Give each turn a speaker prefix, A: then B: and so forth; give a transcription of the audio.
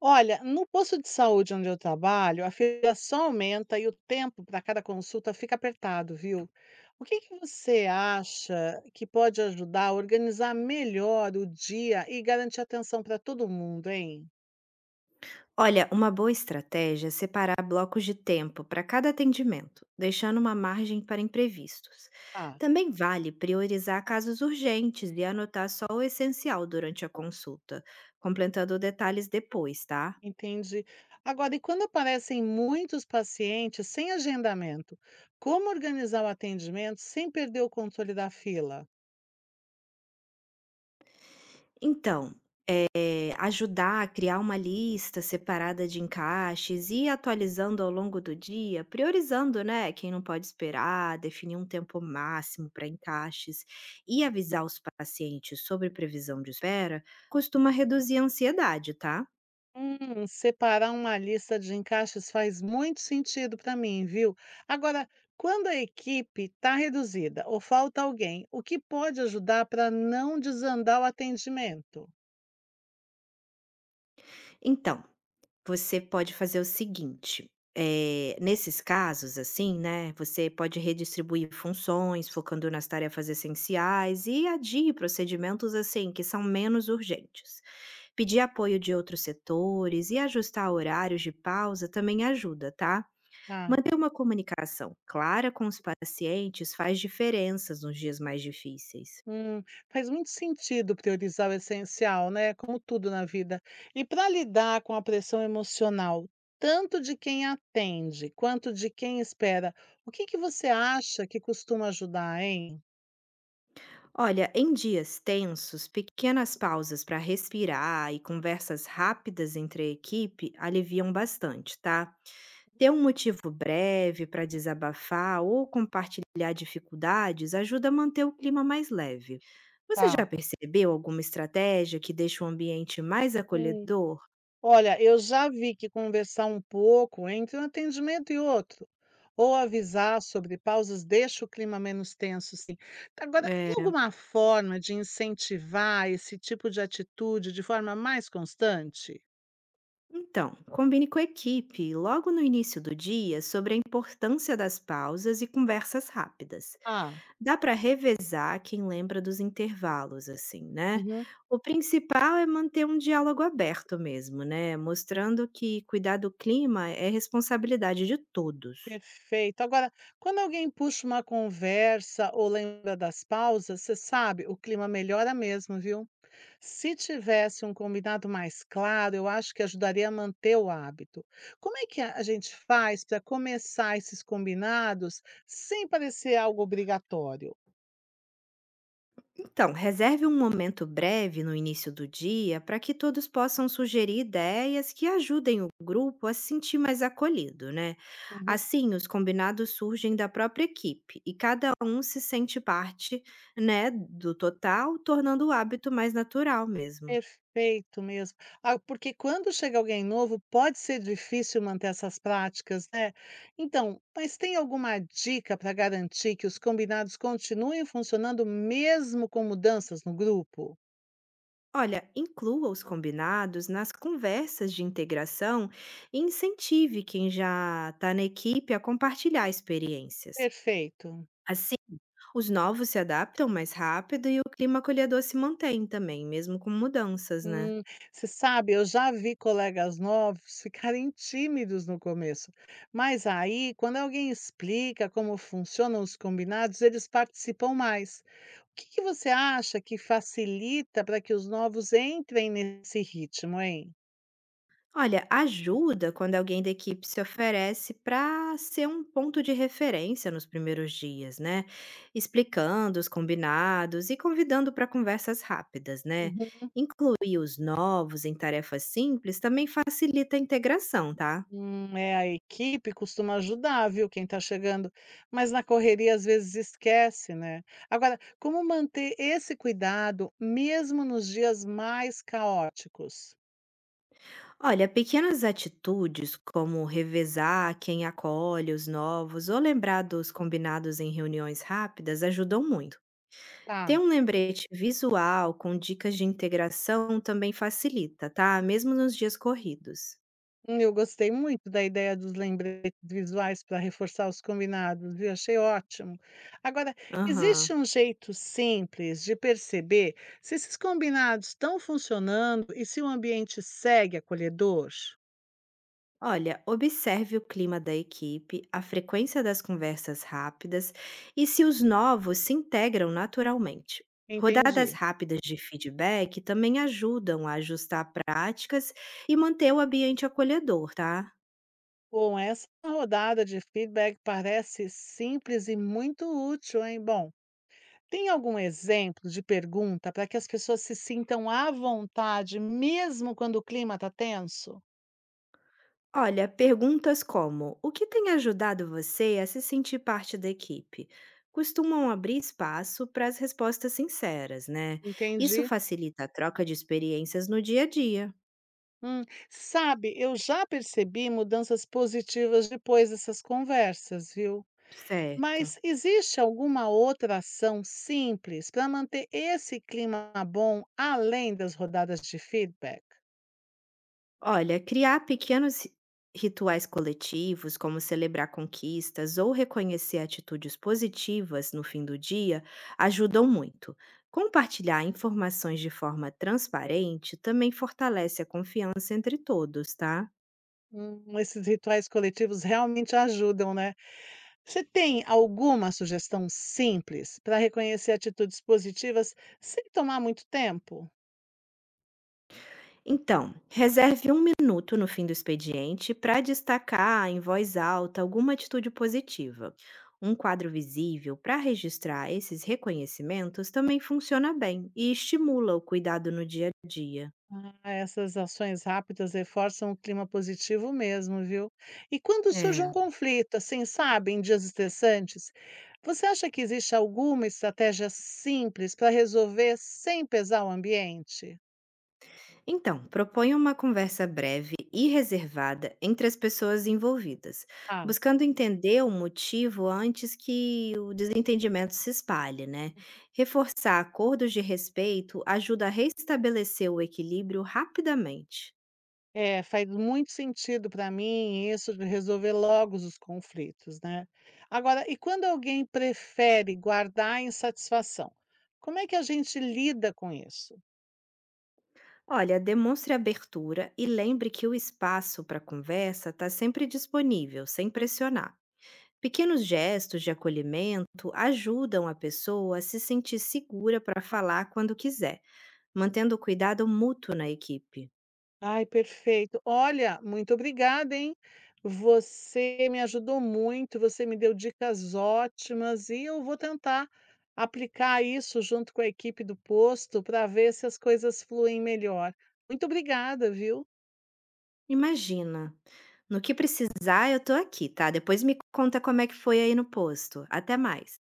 A: Olha, no posto de saúde onde eu trabalho, a fila só aumenta e o tempo para cada consulta fica apertado, viu? O que que você acha que pode ajudar a organizar melhor o dia e garantir atenção para todo mundo, hein?
B: Olha, uma boa estratégia é separar blocos de tempo para cada atendimento, deixando uma margem para imprevistos.
A: Ah,
B: Também vale priorizar casos urgentes e anotar só o essencial durante a consulta, completando detalhes depois, tá?
A: entendi. Agora, e quando aparecem muitos pacientes sem agendamento, como organizar o atendimento sem perder o controle da fila?
B: Então, ajudar a criar uma lista separada de encaixes e ir atualizando ao longo do dia, priorizando, né, quem não pode esperar, definir um tempo máximo para encaixes e avisar os pacientes sobre previsão de espera, costuma reduzir a ansiedade, tá?
A: Separar uma lista de encaixes faz muito sentido para mim, viu? Agora, quando a equipe está reduzida ou falta alguém, o que pode ajudar para não desandar o atendimento?
B: Então, você pode fazer o seguinte. Nesses casos, assim, né? Você pode redistribuir funções, focando nas tarefas essenciais e adie procedimentos assim que são menos urgentes. Pedir apoio de outros setores e ajustar horários de pausa também ajuda, tá?
A: Ah,
B: Manter uma comunicação clara com os pacientes faz diferenças nos dias mais difíceis.
A: hum, faz muito sentido priorizar o essencial, né? Como tudo na vida. E para lidar com a pressão emocional, tanto de quem atende quanto de quem espera, o que que você acha que costuma ajudar, hein?
B: Olha, em dias tensos, pequenas pausas para respirar e conversas rápidas entre a equipe aliviam bastante, tá? Ter um motivo breve para desabafar ou compartilhar dificuldades ajuda a manter o clima mais leve. Você
A: Tá.
B: já percebeu alguma estratégia que deixa o ambiente mais acolhedor?
A: Olha, eu já vi que conversar um pouco entre um atendimento e outro, ou avisar sobre pausas deixa o clima menos tenso, sim. Agora, tem alguma forma de incentivar esse tipo de atitude de forma mais constante?
B: Então, combine com a equipe logo no início do dia sobre a importância das pausas e conversas rápidas.
A: Ah,
B: Dá para revezar quem lembra dos intervalos, assim, né.
A: uhum,
B: O principal é manter um diálogo aberto mesmo, né, mostrando que cuidar do clima é responsabilidade de todos.
A: perfeito. Agora, quando alguém puxa uma conversa ou lembra das pausas, você sabe, o clima melhora mesmo, viu? Se tivesse um combinado mais claro, eu acho que ajudaria a manter o hábito. Como é que a gente faz para começar esses combinados sem parecer algo obrigatório?
B: Então, reserve um momento breve no início do dia para que todos possam sugerir ideias que ajudem o grupo a se sentir mais acolhido, né.
A: Uhum.
B: Assim, os combinados surgem da própria equipe e cada um se sente parte, né, do total, tornando o hábito mais natural mesmo.
A: Perfeito mesmo. Ah, porque quando chega alguém novo, pode ser difícil manter essas práticas, né? Então, mas tem alguma dica para garantir que os combinados continuem funcionando mesmo com mudanças no grupo?
B: Olha, inclua os combinados nas conversas de integração e incentive quem já está na equipe a compartilhar experiências.
A: Perfeito.
B: Assim, os novos se adaptam mais rápido e o clima acolhedor se mantém também, mesmo com mudanças, né?
A: Hum, você sabe, eu já vi colegas novos ficarem tímidos no começo, mas aí, quando alguém explica como funcionam os combinados, eles participam mais. O que que você acha que facilita para que os novos entrem nesse ritmo, hein?
B: Olha, ajuda quando alguém da equipe se oferece para ser um ponto de referência nos primeiros dias, né? Explicando os combinados e convidando para conversas rápidas, né?
A: Uhum.
B: Incluir os novos em tarefas simples também facilita a integração, tá?
A: É, a equipe costuma ajudar, viu, quem está chegando, mas na correria às vezes esquece, né? Agora, como manter esse cuidado mesmo nos dias mais caóticos?
B: Olha, pequenas atitudes como revezar quem acolhe os novos ou lembrar dos combinados em reuniões rápidas ajudam muito. Ter
A: Tá.
B: um lembrete visual com dicas de integração também facilita, tá? Mesmo nos dias corridos.
A: Eu gostei muito da ideia dos lembretes visuais para reforçar os combinados, viu? Achei ótimo. Agora, existe
B: Aham.
A: um jeito simples de perceber se esses combinados estão funcionando e se o ambiente segue acolhedor?
B: Olha, observe o clima da equipe, a frequência das conversas rápidas e se os novos se integram naturalmente. Rodadas
A: Entendi.
B: rápidas de feedback também ajudam a ajustar práticas e manter o ambiente acolhedor, tá?
A: Bom, essa rodada de feedback parece simples e muito útil, hein? Bom, tem algum exemplo de pergunta para que as pessoas se sintam à vontade, mesmo quando o clima está tenso?
B: Olha, perguntas como: o que tem ajudado você a se sentir parte da equipe? Costumam abrir espaço para as respostas sinceras, né? Isso
A: Entendi.
B: facilita a troca de experiências no dia a dia.
A: Hum, sabe, eu já percebi mudanças positivas depois dessas conversas, viu?
B: Certo.
A: Mas existe alguma outra ação simples para manter esse clima bom além das rodadas de feedback?
B: Olha, criar pequenos rituais coletivos, como celebrar conquistas ou reconhecer atitudes positivas no fim do dia, ajudam muito. Compartilhar informações de forma transparente também fortalece a confiança entre todos, tá?
A: Esses rituais coletivos realmente ajudam, né? Você tem alguma sugestão simples para reconhecer atitudes positivas sem tomar muito tempo?
B: Então, reserve um minuto no fim do expediente para destacar em voz alta alguma atitude positiva. Um quadro visível para registrar esses reconhecimentos também funciona bem e estimula o cuidado no dia a dia.
A: Ah, essas ações rápidas reforçam o clima positivo mesmo, viu? E quando surge um
B: É.
A: conflito, assim, sabe, em dias estressantes, você acha que existe alguma estratégia simples para resolver sem pesar o ambiente?
B: Então, proponha uma conversa breve e reservada entre as pessoas envolvidas,
A: Ah,
B: buscando entender o motivo antes que o desentendimento se espalhe, né? Reforçar acordos de respeito ajuda a restabelecer o equilíbrio rapidamente.
A: é, faz muito sentido para mim isso de resolver logo os conflitos, né? Agora, e quando alguém prefere guardar a insatisfação? Como é que a gente lida com isso?
B: Olha, demonstre abertura e lembre que o espaço para conversa está sempre disponível, sem pressionar. Pequenos gestos de acolhimento ajudam a pessoa a se sentir segura para falar quando quiser. Mantendo o cuidado mútuo na equipe.
A: Ai, perfeito. Olha, muito obrigada, hein. Você me ajudou muito, você me deu dicas ótimas e eu vou tentar aplicar isso junto com a equipe do posto para ver se as coisas fluem melhor. Muito obrigada, viu.
B: Imagina, no que precisar eu tô aqui, tá. Depois me conta como é que foi aí no posto. Até mais.